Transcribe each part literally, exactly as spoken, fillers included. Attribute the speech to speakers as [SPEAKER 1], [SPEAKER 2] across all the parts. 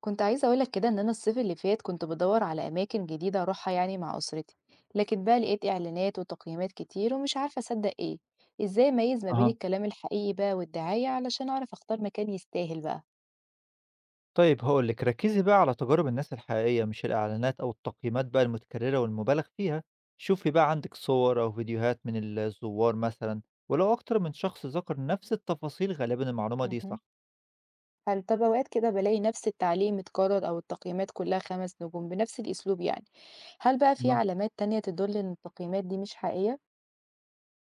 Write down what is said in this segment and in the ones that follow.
[SPEAKER 1] كنت عايزة أقول لك كده إن أنا الصيف اللي فات كنت بدور على أماكن جديدة أروحها يعني مع أسرتي، لكن بقى لقيت إعلانات وتقييمات كتير ومش عارفة أصدق إيه. إزاي أميز ما بين
[SPEAKER 2] أها.
[SPEAKER 1] الكلام الحقيقي بقى والدعاية علشان أعرف أختار مكان يستاهل بقى؟
[SPEAKER 2] طيب هاقول لِك، ركّزي بقى على تجارب الناس الحقيقية مش الإعلانات أو التقييمات بقى المتكررة والمُبالغ فيها، شوفي بقى عندِك صور أو فيديوهات من ال الزوّار مثلًا، ولو أكتر من شخص ذكر نفس التفاصيل غالبًا المعلومة دي
[SPEAKER 1] مهم.
[SPEAKER 2] صح.
[SPEAKER 1] هل طب أوقات كده بلاقي نفس التعليق متكرر أو التقييمات كلها خمس نجوم بنفس الأسلوب يعني؟ هل بقى في
[SPEAKER 2] أها.
[SPEAKER 1] علامات تانية تدل إن التقييمات دي مش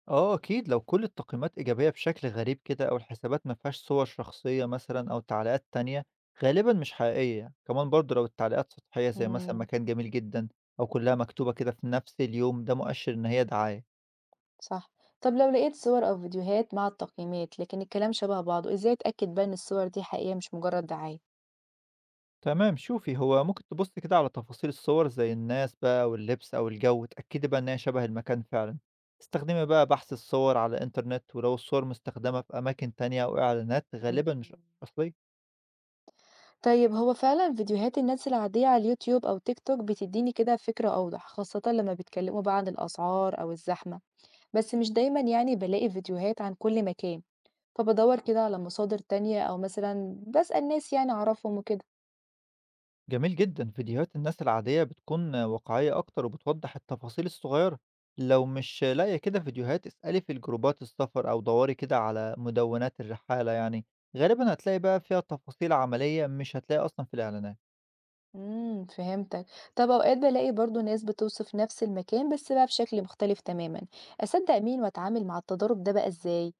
[SPEAKER 2] آه أكيد، لو كل التقييمات إيجابية بشكل غريب كده أو الحسابات ما فيهاش صور شخصية مثلًا أو تعليقات تانية، غالبًا مش حقيقية يعني. كمان برضه لو التعليقات سطحية زي مثلًا
[SPEAKER 1] حقيقية؟
[SPEAKER 2] مكان جميل جدًا أو كلّها مكتوبة كده في نفس اليوم، ده مؤشر إن هي دعاية.
[SPEAKER 1] صح. طب لو لقيت صور أو فيديوهات مع التقييمات لكن الكلام شبه بعضه، إزاي أتأكد بقى إن الصور دي حقيقية مش مجرد دعاية؟
[SPEAKER 2] تمام شوفي هو ممكن تبصي كده على تفاصيل الصور زي الناس بقى واللبس أو الجو، اتأكدي بقى إن هي شبه المكان فعلا. استخدمي بقى بحث الصور على الإنترنت، ولو الصور مستخدمة في أماكن تانية أو إعلانات غالبا مش
[SPEAKER 1] مم.
[SPEAKER 2] أصلية.
[SPEAKER 1] طيب هو فعلا فيديوهات الناس العادية على اليوتيوب أو تيك توك بتديني كده فكرة أوضح، خاصة لما بيتكلموا بقى عن الأسعار أو الزحمة، بس مش دايما يعني بلاقي فيديوهات عن كل مكان، فبدور كده على مصادر تانية أو مثلا بسأل ناس يعني أعرفهم وكده.
[SPEAKER 2] جميل جدا، فيديوهات الناس العادية بتكون واقعية أكتر وبتوضح التفاصيل الصغيرة. لو مش لاقية كده فيديوهات، اسألي في الجروبات السفر أو دوري كده على مدونات الرحالة يعني، غالبا هتلاقي بقى فيها تفاصيل عملية مش هتلاقي أصلا في الإعلانات.
[SPEAKER 1] إمم، فهمتك. طب أوقات بالاقي برضه ناس بتوصف نفس المكان بس بقى بشكل مختلف تمامًا، أصدّق مين وأتعامل مع التضارب ده بقى إزاي؟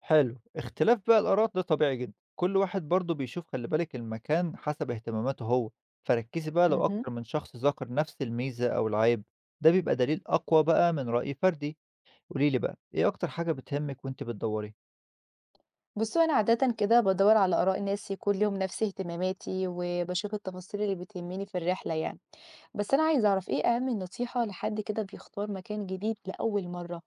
[SPEAKER 2] حلو، اختلاف بقى الآراء ده طبيعي جدا، كل واحد برضه بيشوف خلي بالك المكان حسب اهتماماته هو، فركزي بقى لو
[SPEAKER 1] اهم.
[SPEAKER 2] أكتر من شخص ذكر نفس الميزة أو العيب، ده بيبقى دليل أقوى بقى من رأي فردي. قوليلي بقى إيه أكتر حاجة بتهمك وأنت بتدوري؟
[SPEAKER 1] بُصّي، هو أنا عادةً كده بادوّر على آراء ناس يكون ليهم نفس اهتماماتي، وباشوف التفاصيل اللي بتهمني في الرحلة يعني، بس أنا عايزة أعرف إيه أهم نصيحة لحد كده بيختار مكان جديد لأول مرّة؟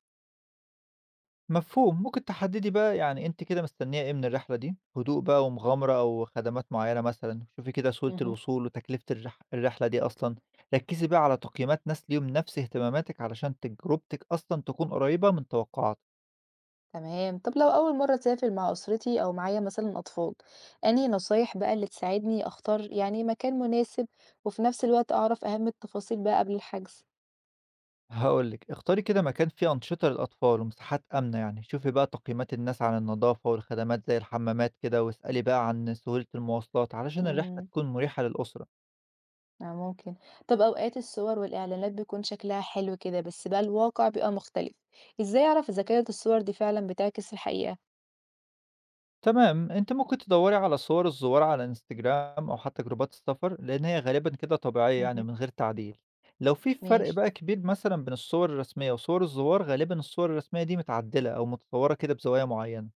[SPEAKER 2] مفهوم. ممكن تحددي بقى يعني أنت كده مستنية إيه من الرحلة دي، هدوء بقى ومغامرة أو خدمات معينة، مثلا شوفي كده سهولة
[SPEAKER 1] اهم.
[SPEAKER 2] الوصول وتكلفة الرح... الرحلة دي أصلا. ركزي بقى على تقييمات ناس ليهم نفس اهتماماتك علشان تجربتك أصلا تكون قريبة من توقعاتك.
[SPEAKER 1] تمام. طب لو أول مرة أسافر مع أسرتي أو معايا مثلا أطفال، أنهي نصايح بقى اللي تساعدني أختار يعني مكان مناسب وفي نفس الوقت أعرف أهم التفاصيل بقى قبل الحجز؟
[SPEAKER 2] هاقول لِك، اختاري كده مكان فيه أنشطة للأطفال ومساحات آمنة يعني، شوفي بقى تقييمات الناس عن النضافة والخدمات زي الحمامات كده، واسألي بقى عن سهولة المواصلات علشان الرحلة
[SPEAKER 1] امم.
[SPEAKER 2] تكون مريحة للأسرة.
[SPEAKER 1] آه، ممكن. طب أوقات الصور والإعلانات بيكون شكلها حلو كده بس بقى الواقع بيبقى مختلف، إزاي أعرف إذا كانت الصور دي فعلا بتعكس الحقيقة؟
[SPEAKER 2] تمام، أنتِ ممكن تدوري على صور الزوار على إنستجرام أو حتى جروبات السفر، لأن هي غالبًا كده طبيعية يعني
[SPEAKER 1] مهم.
[SPEAKER 2] من غير تعديل. لو في فرق
[SPEAKER 1] ماشي.
[SPEAKER 2] بقى كبير مثلًا بين الصور الرسمية وصور الزوار، غالبًا الصور الرسمية دي متعدلة أو متصورة كده بزوايا معينة.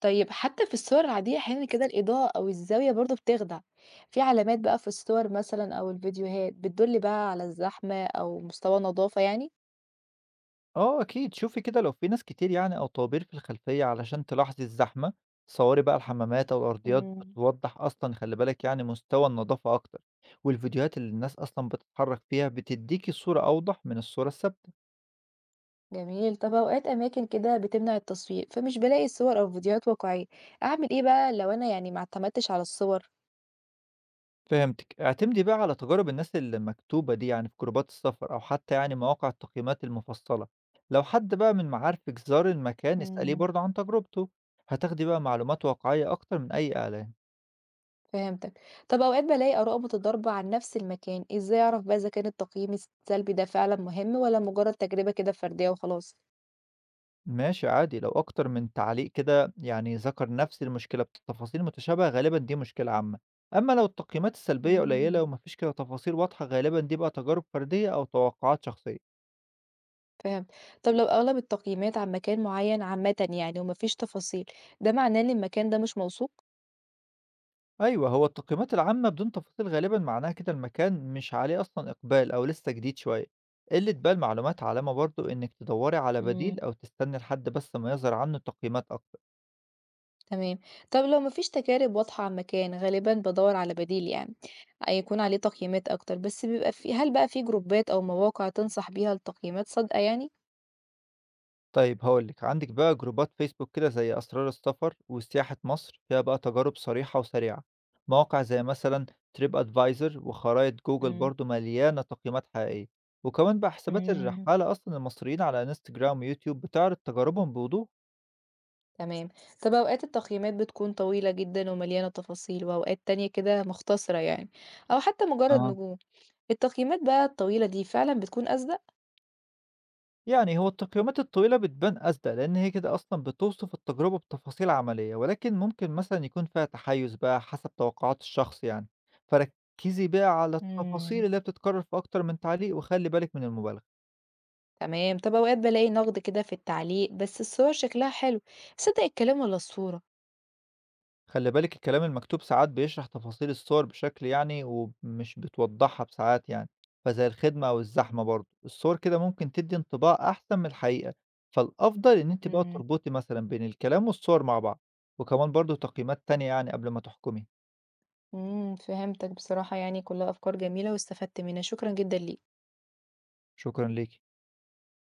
[SPEAKER 1] طيب حتى في الصور العادية أحيانا كده الإضاءة أو الزاوية برضه بتخدع، في علامات بقى في الصور مثلا أو الفيديوهات بتدل بقى على الزحمة أو مستوى النظافة يعني؟
[SPEAKER 2] آه أكيد، شوفي كده لو في ناس كتير يعني أو طوابير في الخلفية علشان تلاحظي الزحمة، صوري بقى الحمامات أو الأرضيات
[SPEAKER 1] مم.
[SPEAKER 2] بتوضح أصلًا خلّي بالِك يعني مستوى النضافة أكتر، والفيديوهات اللي الناس أصلًا بتتحرك فيها بتدّيكِ صورة أوضح من الصورة الثابتة.
[SPEAKER 1] جميل. طب أوقات أماكن كده بتمنع التصوير فمش بلاقي صور أو فيديوهات واقعية، أعمل إيه بقى لو أنا يعني ما اعتمدتش على الصور؟
[SPEAKER 2] فهمتِك، اعتمدي بقى على تجارب الناس المكتوبة دي يعني في جروبات السفر أو حتى يعني مواقع التقييمات المفصلة، لو حد بقى من معارفِك زار المكان اسأليه
[SPEAKER 1] مم.
[SPEAKER 2] برضه عن تجربته، هتاخدي بقى معلومات واقعية أكتر من أي إعلان.
[SPEAKER 1] فهمتك. طب أوقات بلاقي آراء متضاربة عن نفس المكان، إزاي أعرف بقى إذا كان التقييم السلبي ده فعلا مهم ولا مجرد تجربة كده فردية وخلاص؟
[SPEAKER 2] ماشي، عادي لو أكتر من تعليق كده يعني ذكر نفس المشكلة بتفاصيل متشابهة غالبا دي مشكلة عامة، أما لو التقييمات السلبية قليلة
[SPEAKER 1] مم.
[SPEAKER 2] ومفيش كده تفاصيل واضحة غالبا دي بقى تجارب فردية أو توقعات شخصية.
[SPEAKER 1] فهمت. طب لو أغلب التقييمات عن مكان معين عامةً يعني ومفيش تفاصيل، ده معناه إن المكان ده مش موثوق؟
[SPEAKER 2] أيوة، هو التقييمات العامة بدون تفاصيل غالبا معناها كده المكان مش عليه أصلا إقبال أو لسه جديد شوية. قلة بقى المعلومات علامة برضو إنك تدوري على بديل
[SPEAKER 1] إمم،
[SPEAKER 2] أو تستني لحد بس ما يظهر عنه تقييمات أكتر.
[SPEAKER 1] تمام. طب لو مفيش تجارب واضحة عن مكان، غالبًا بادوّر على بديل يعني، آه، يكون عليه تقييمات أكتر، بس بيبقى في، هل بقى في جروبات أو مواقع تنصح بيها لتقييمات صادقة يعني؟
[SPEAKER 2] طيب هاقول لِك، عندِك بقى جروبات فيسبوك كده زي أسرار السفر وسياحة مصر، فيها بقى تجارب صريحة وسريعة. مواقع زي مثلًا تريب أدفايزر وخرايط جوجل
[SPEAKER 1] إمم،
[SPEAKER 2] برضه مليانة تقييمات حقيقية، وكمان بقى حسابات
[SPEAKER 1] إمم،
[SPEAKER 2] الرحالة أصلًا المصريين على انستجرام ويوتيوب بتعرض تجاربهم بوضوح.
[SPEAKER 1] تمام. طب أوقات التقييمات بتكون طويلة جدًا ومليانة تفاصيل وأوقات تانية كده مختصرة يعني، أو حتى مجرد نجوم، التقييمات بقى الطويلة دي فعلًا بتكون أصدق؟
[SPEAKER 2] يعني هو التقييمات الطويلة بتبان أصدق لأن هي كده أصلا بتوصف التجربة بتفاصيل عملية، ولكن ممكن مثلا يكون فيها تحيز بقى حسب توقعات الشخص يعني، فركزي بقى على التفاصيل
[SPEAKER 1] إمم.
[SPEAKER 2] اللي هي بتتكرر في أكتر من تعليق وخلي بالك من المبالغة.
[SPEAKER 1] تمام. طب اوقات بلاقي نقد كده في التعليق بس الصور شكلها حلو، صدق الكلام ولا الصورة؟
[SPEAKER 2] خلّي بالِك الكلام المكتوب ساعات بيشرح تفاصيل الصور بشكل يعني ومش بتوضّحها بساعات يعني، فزي الخدمة أو الزحمة برضه، الصور كده ممكن تدّي انطباع أحسن من الحقيقة، فالأفضل إن أنتِ بقى
[SPEAKER 1] امم
[SPEAKER 2] تربطي مثلًا بين الكلام والصور مع بعض، وكمان برضه تقييمات تانية يعني قبل ما تحكمي.
[SPEAKER 1] امم فهمتك، بصراحة يعني كلها افكار جميلة واستفدت منها، شكرا جدا ليك.
[SPEAKER 2] شكرًا ليكِ.